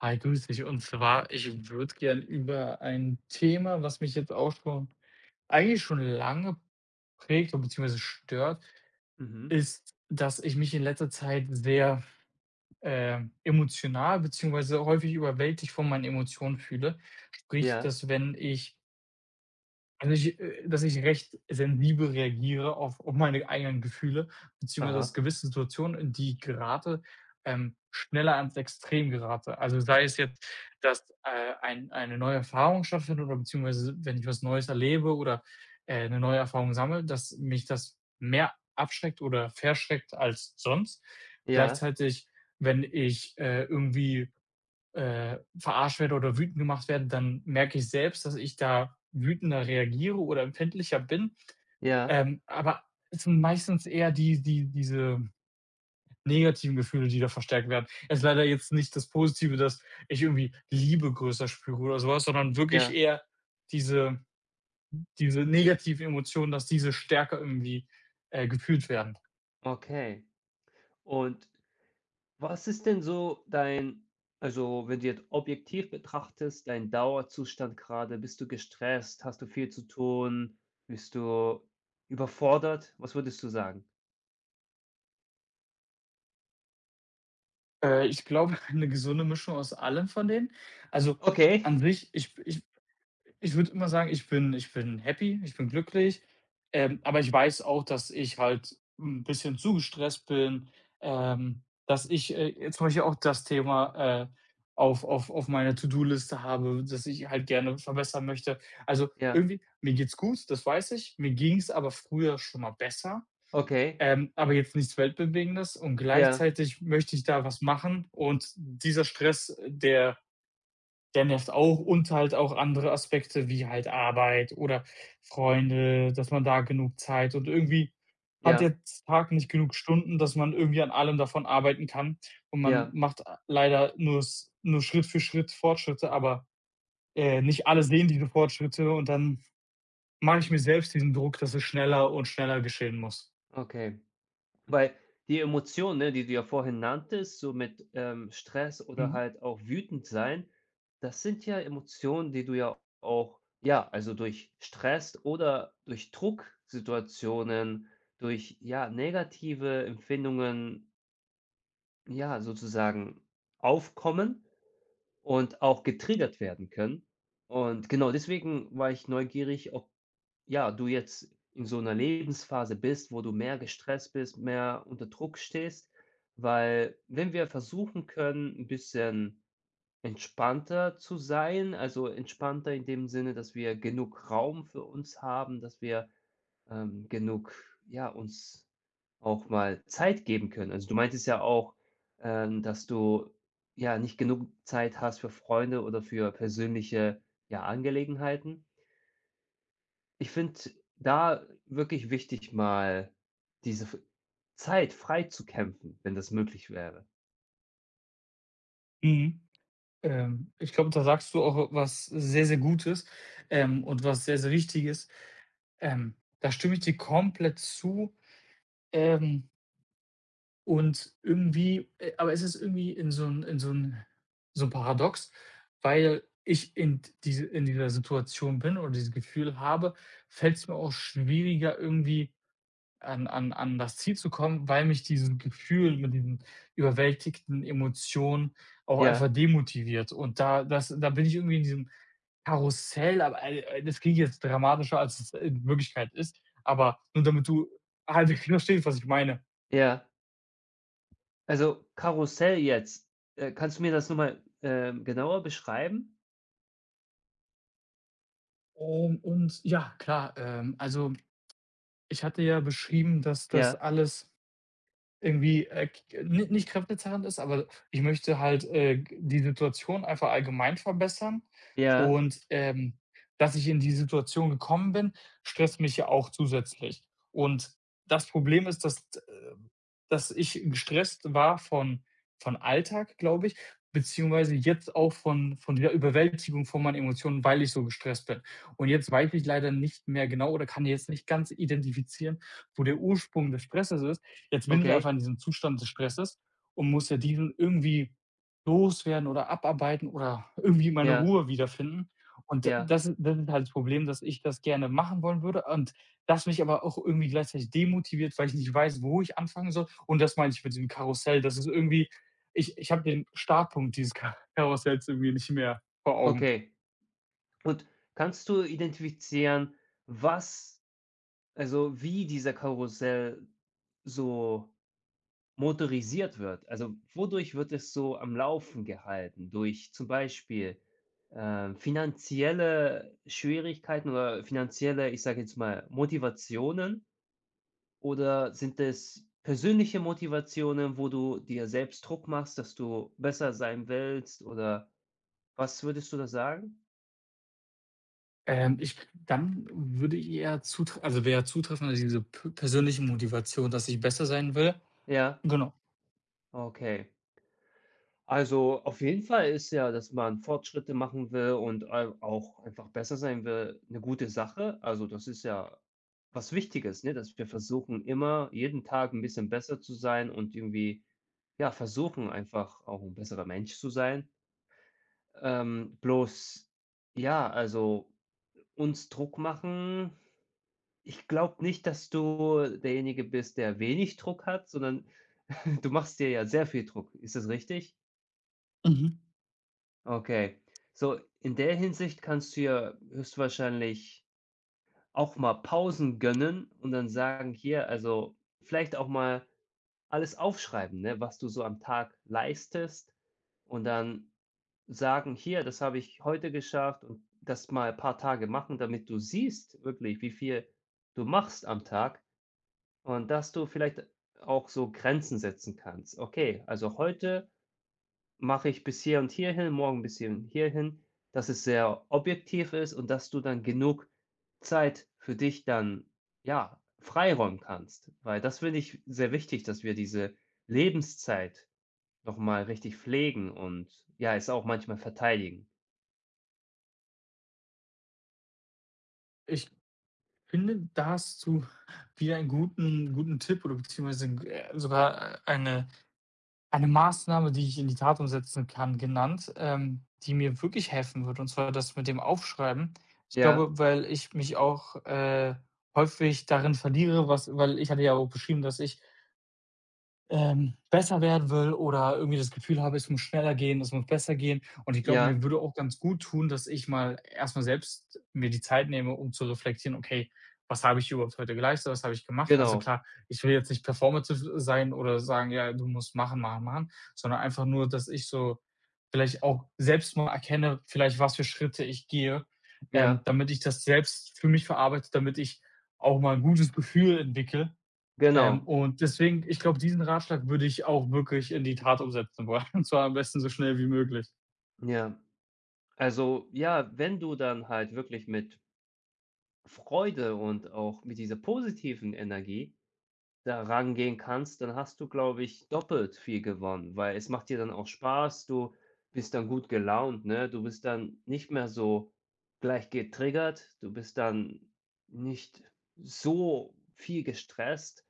Hi, grüß dich. Und zwar, ich würde gern über ein Thema, was mich jetzt auch schon eigentlich schon lange prägt und beziehungsweise stört, Mhm. ist, dass ich mich in letzter Zeit sehr emotional beziehungsweise häufig überwältigt von meinen Emotionen fühle. Sprich, Ja, dass wenn ich also, ich dass ich recht sensibel reagiere auf meine eigenen Gefühle, beziehungsweise aus aha. gewissen Situationen, in die ich gerate, schneller ans Extrem gerate. Also, sei es jetzt, dass, eine neue Erfahrung stattfindet oder beziehungsweise wenn ich was Neues erlebe oder, 'ne neue Erfahrung sammle, dass mich das mehr abschreckt oder verschreckt als sonst. Ja, Gleichzeitig, wenn ich, irgendwie verarscht werde oder wütend gemacht werde, dann merke ich selbst, dass ich da wütender reagiere oder empfindlicher bin. ja, Aber es sind meistens eher diese negativen Gefühle, die da verstärkt werden. Es ist leider jetzt nicht das Positive, dass ich irgendwie Liebe größer spüre oder so was, sondern wirklich ja, eher diese diese negativen Emotionen, dass diese stärker irgendwie, gefühlt werden. okay. Und was ist denn so dein, also wenn du jetzt objektiv betrachtest, dein Dauerzustand gerade? Bist du gestresst? Hast du viel zu tun? Bist du überfordert? Was würdest du sagen? Ich glaube, eine gesunde Mischung aus allem von denen. Also, Okay, an sich, ich würde immer sagen, ich bin happy, ich bin glücklich, aber ich weiß auch, dass ich halt ein bisschen zu gestresst bin, ähm, dass ich, jetzt zum Beispiel auch das Thema, auf meiner To-do-Liste habe, dass ich halt gerne verbessern möchte. Also, ja, irgendwie mir geht's gut, das weiß ich. Mir ging's aber früher schon mal besser, okay, aber jetzt nichts Weltbewegendes, und ja, gleichzeitig möchte ich da was machen, und dieser Stress, der nervt auch, und halt auch andere Aspekte wie halt Arbeit oder Freunde, dass man da genug Zeit und irgendwie, hat ja, der Tag nicht genug Stunden, dass man irgendwie an allem davon arbeiten kann, und man ja, macht a leider nur s nur Schritt für Schritt Fortschritte, aber, nicht alle sehen diese Fortschritte, und dann mache ich mir selbst diesen Druck, dass es schneller und schneller geschehen muss. okay. Weil die Emotionen, ne, die du ja vorhin nanntest, so mit, Stress oder Mhm, halt auch wütend sein, das sind ja Emotionen, die du ja auch ja, also durch Stress oder durch Drucksituationen, durch, ja, negative Empfindungen, ja, sozusagen aufkommen und auch getriggert werden können. Und genau deswegen war ich neugierig, ob ja, du jetzt in so einer Lebensphase bist, wo du mehr gestresst bist, mehr unter Druck stehst, weil wenn wir versuchen können, ein bisschen entspannter zu sein, also entspannter in dem Sinne, dass wir genug Raum für uns haben, dass wir, genug, ja, uns auch mal Zeit geben können. Also, du meintest ja auch, dass du, ja, nicht genug Zeit hast für Freunde oder für persönliche, ja, Angelegenheiten. Ich finde da wirklich wichtig, mal diese f Zeit frei zu kämpfen, wenn das möglich wäre. mhm. Ich glaube, da sagst du auch was sehr, sehr Gutes, und was sehr, sehr Wichtiges. Da stimme ich dir komplett zu. Ähm, und irgendwie aber es ist irgendwie in so ein Paradox, weil ich in diese in dieser Situation bin oder dieses Gefühl habe, fällt es mir auch schwieriger, irgendwie an das Ziel zu kommen, weil mich dieses Gefühl mit diesen überwältigten Emotionen auch einfach Ja, demotiviert. Und da bin ich irgendwie in diesem Karussell, aber, das klingt jetzt dramatischer, als es in Wirklichkeit ist, aber nur damit du halbwegs verstehst, was ich meine. ja. Also, Karussell jetzt, kannst du mir das noch mal, genauer beschreiben? Und ja, klar, also ich hatte ja beschrieben, dass das Ja, alles irgendwie, k ni nicht kräftezehrend ist, aber ich möchte halt, g die Situation einfach allgemein verbessern, ja, und, dass ich in die Situation gekommen bin, stresst mich ja auch zusätzlich. Und das Problem ist, dass ich gestresst war von Alltag, glaube ich, beziehungsweise jetzt auch von der Überwältigung von meinen Emotionen, weil ich so gestresst bin. Und jetzt weiß ich leider nicht mehr genau oder kann jetzt nicht ganz identifizieren, wo der Ursprung des Stresses ist. Jetzt bin ich einfach okay, in diesem Zustand des Stresses und muss ja diesen irgendwie loswerden oder abarbeiten oder irgendwie meine ja, Ruhe wiederfinden. Und d ja, das das ist halt das Problem, dass ich das gerne machen wollen würde und das mich aber auch irgendwie gleichzeitig demotiviert, weil ich nicht weiß, wo ich anfangen soll. Und das meine ich mit diesem Karussell. Das ist irgendwie. Ich habe den Startpunkt dieses Ka Karussells irgendwie nicht mehr vor Augen. okay. Und kannst du identifizieren, was also, wie dieser Karussell so motorisiert wird. Also, wodurch wird es so am Laufen gehalten? Durch zum Beispiel, finanzielle Schwierigkeiten oder finanzielle, ich sage jetzt mal, Motivationen? Oder sind es persönliche Motivationen, wo du dir selbst Druck machst, dass du besser sein willst? Oder was würdest du da sagen? Ich dann würde ich eher zutre also, wäre zutreffender diese p persönliche Motivation, dass ich besser sein will. Ja, Genau. okay. Also, auf jeden Fall ist ja, dass man Fortschritte machen will und au auch einfach besser sein will, eine gute Sache. Also, das ist ja was Wichtiges, ne, dass wir versuchen, immer jeden Tag ein bisschen besser zu sein und irgendwie, ja, versuchen einfach auch ein besserer Mensch zu sein. Bloß ja, also, uns Druck machen. Ich glaube nicht, dass du derjenige bist, der wenig Druck hat, sondern du machst dir ja sehr viel Druck. Ist das richtig? Mhm. Okay. So, in der Hinsicht kannst du ja höchstwahrscheinlich auch mal Pausen gönnen und dann sagen: „Hier“, also, vielleicht auch mal alles aufschreiben, ne, was du so am Tag leistest, und dann sagen: „Hier, das habe ich heute geschafft“, und das mal ein paar Tage machen, damit du siehst wirklich, wie viel du machst am Tag, und dass du vielleicht auch so Grenzen setzen kannst. Okay, also heute mache ich bis hier und hierhin, morgen bis hier und hierhin, dass es sehr objektiv ist und dass du dann genug Zeit für dich dann, ja, freiräumen kannst. Weil das finde ich sehr wichtig, dass wir diese Lebenszeit noch mal richtig pflegen und, ja, es auch manchmal verteidigen. Ich finde, da hast du wieder einen guten Tipp oder beziehungsweise sogar eine Maßnahme, die ich in die Tat umsetzen kann, genannt, die mir wirklich helfen wird. Und zwar das mit dem Aufschreiben. Ich Ja, glaube, weil ich mich auch, häufig darin verliere, was weil ich hatte ja auch beschrieben, dass ich besser werden will oder irgendwie das Gefühl habe, es muss schneller gehen, es muss besser gehen. Und ich glaube, mir ja, würde auch ganz gut tun, dass ich mal erstmal selbst mir die Zeit nehme, um zu reflektieren: „Okay, was habe ich überhaupt heute geleistet? Was habe ich gemacht?“ Also, genau. klar, ich will jetzt nicht performative sein oder sagen: „Ja, du musst machen, machen, machen“, sondern einfach nur, dass ich so vielleicht auch selbst mal erkenne, vielleicht was für Schritte ich gehe, Ja, damit ich das selbst für mich verarbeite, damit ich auch mal ein gutes Gefühl entwickle, genau. und deswegen, ich glaube, diesen Ratschlag würde ich auch wirklich in die Tat umsetzen wollen, und zwar am besten so schnell wie möglich. Ja. Also, ja, wenn du dann halt wirklich mit Freude und auch mit dieser positiven Energie da rangehen kannst, dann hast du, glaube ich, doppelt viel gewonnen, weil es macht dir dann auch Spaß, du bist dann gut gelaunt, ne? Du bist dann nicht mehr so gleich getriggert, du bist dann nicht so viel gestresst.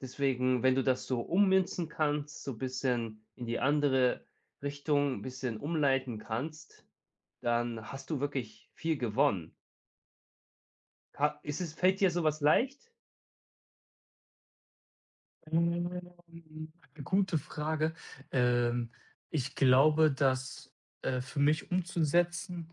Deswegen, wenn du das so ummünzen kannst, so ein bisschen in die andere Richtung ein bisschen umleiten kannst, dann hast du wirklich viel gewonnen. Ha ist es Fällt dir sowas leicht? Ähm, Gute Frage. Ähm, Ich glaube, dass für mich umzusetzen,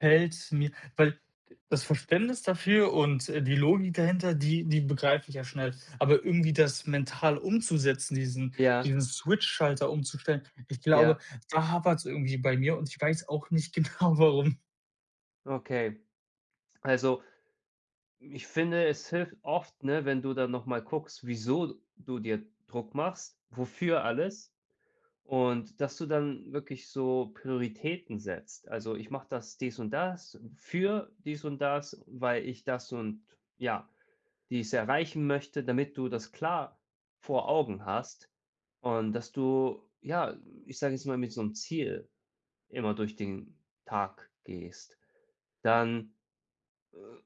fällt mir, weil das Verständnis dafür und, die Logik dahinter, die die begreife ich ja schnell. Aber irgendwie das mental umzusetzen, diesen Ja, diesen Switch-Schalter umzustellen, ich glaube, ja, da hapert es irgendwie bei mir, und ich weiß auch nicht genau warum. okay. Also, ich finde, es hilft oft, ne, wenn du dann noch mal guckst, wieso du dir Druck machst, wofür alles, und dass du dann wirklich so Prioritäten setzt. Also, ich mache das dies und das für dies und das, weil ich das und ja, dies erreichen möchte, damit du das klar vor Augen hast und dass du, ja, ich sage jetzt mal, mit so einem Ziel immer durch den Tag gehst. Dann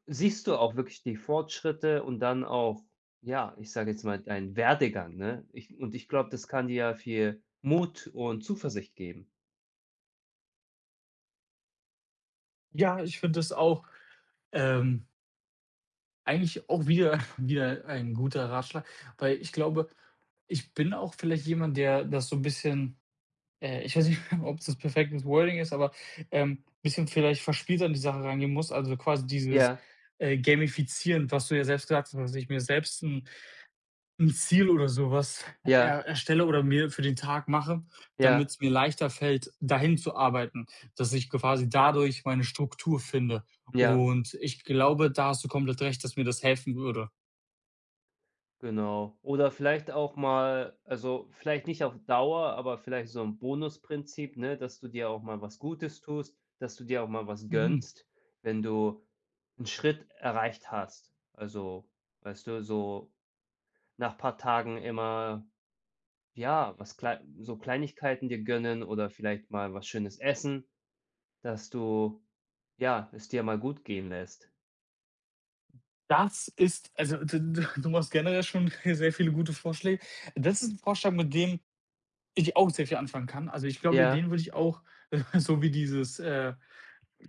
siehst du auch wirklich die Fortschritte und dann auch, ja, ich sage jetzt mal, deinen Werdegang, ne? Ich glaube, das kann dir ja viel Mut und Zuversicht geben. Ja, ich finde es auch Ähm, eigentlich auch wieder wieder ein guter Ratschlag, weil ich glaube, ich bin auch vielleicht jemand, der das so ein bisschen ich weiß nicht, ob's das perfektes Wording ist, aber, ein bisschen vielleicht verspielt an die Sache rangehen muss. Also, quasi dieses, Ja, Gamifizieren, was du ja selbst gesagt hast, dass ich mir selbst 'n Ziel oder sowas ja, er erstelle oder mir für den Tag mache, ja, damit's mir leichter fällt, dahin zu arbeiten, dass ich quasi dadurch meine Struktur finde. ja, Und ich glaube, da hast du komplett recht, dass mir das helfen würde. genau. Oder vielleicht auch mal, also, vielleicht nicht auf Dauer, aber vielleicht so ein Bonusprinzip, ne, dass du dir auch mal was Gutes tust, dass du dir auch mal was Mhm. gönnst, wenn du einen Schritt erreicht hast. Also, weißt du, so nach ein paar Tagen immer ja, was klei so Kleinigkeiten dir gönnen oder vielleicht mal was Schönes essen, dass du, ja, es dir mal gut gehen lässt. Das ist, also, d d du machst generell schon sehr viele gute Vorschläge. Das ist 'n Vorschlag, mit dem ich auch sehr viel anfangen kann. Also, ich glaube, Ja, den würde ich auch so wie dieses,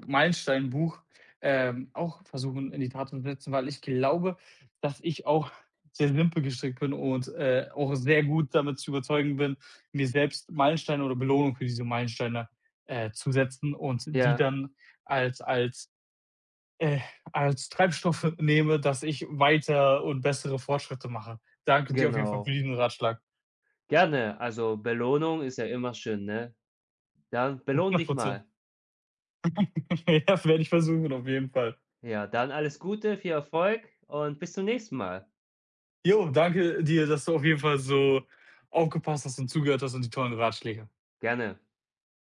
Meilenstein-Buch, auch versuchen, in die Tat umzusetzen, weil ich glaube, dass ich auch sehr simpel gestrickt bin und, auch sehr gut damit zu überzeugen bin, mir selbst Meilensteine oder Belohnung für diese Meilensteine, zu setzen und die ja, dann als als, äh als Treibstoff nehme, dass ich weiter und bessere Fortschritte mache. Danke dir auf jeden Fall für genau. diesen Ratschlag. Gerne, also Belohnung ist ja immer schön, ne? Dann belohn dich 100. mal. Ja, werde ich versuchen auf jeden Fall. Ja, dann alles Gute, viel Erfolg und bis zum nächsten Mal. Jo, danke dir, dass du auf jeden Fall so aufgepasst hast und zugehört hast, und die tollen Ratschläge. Gerne.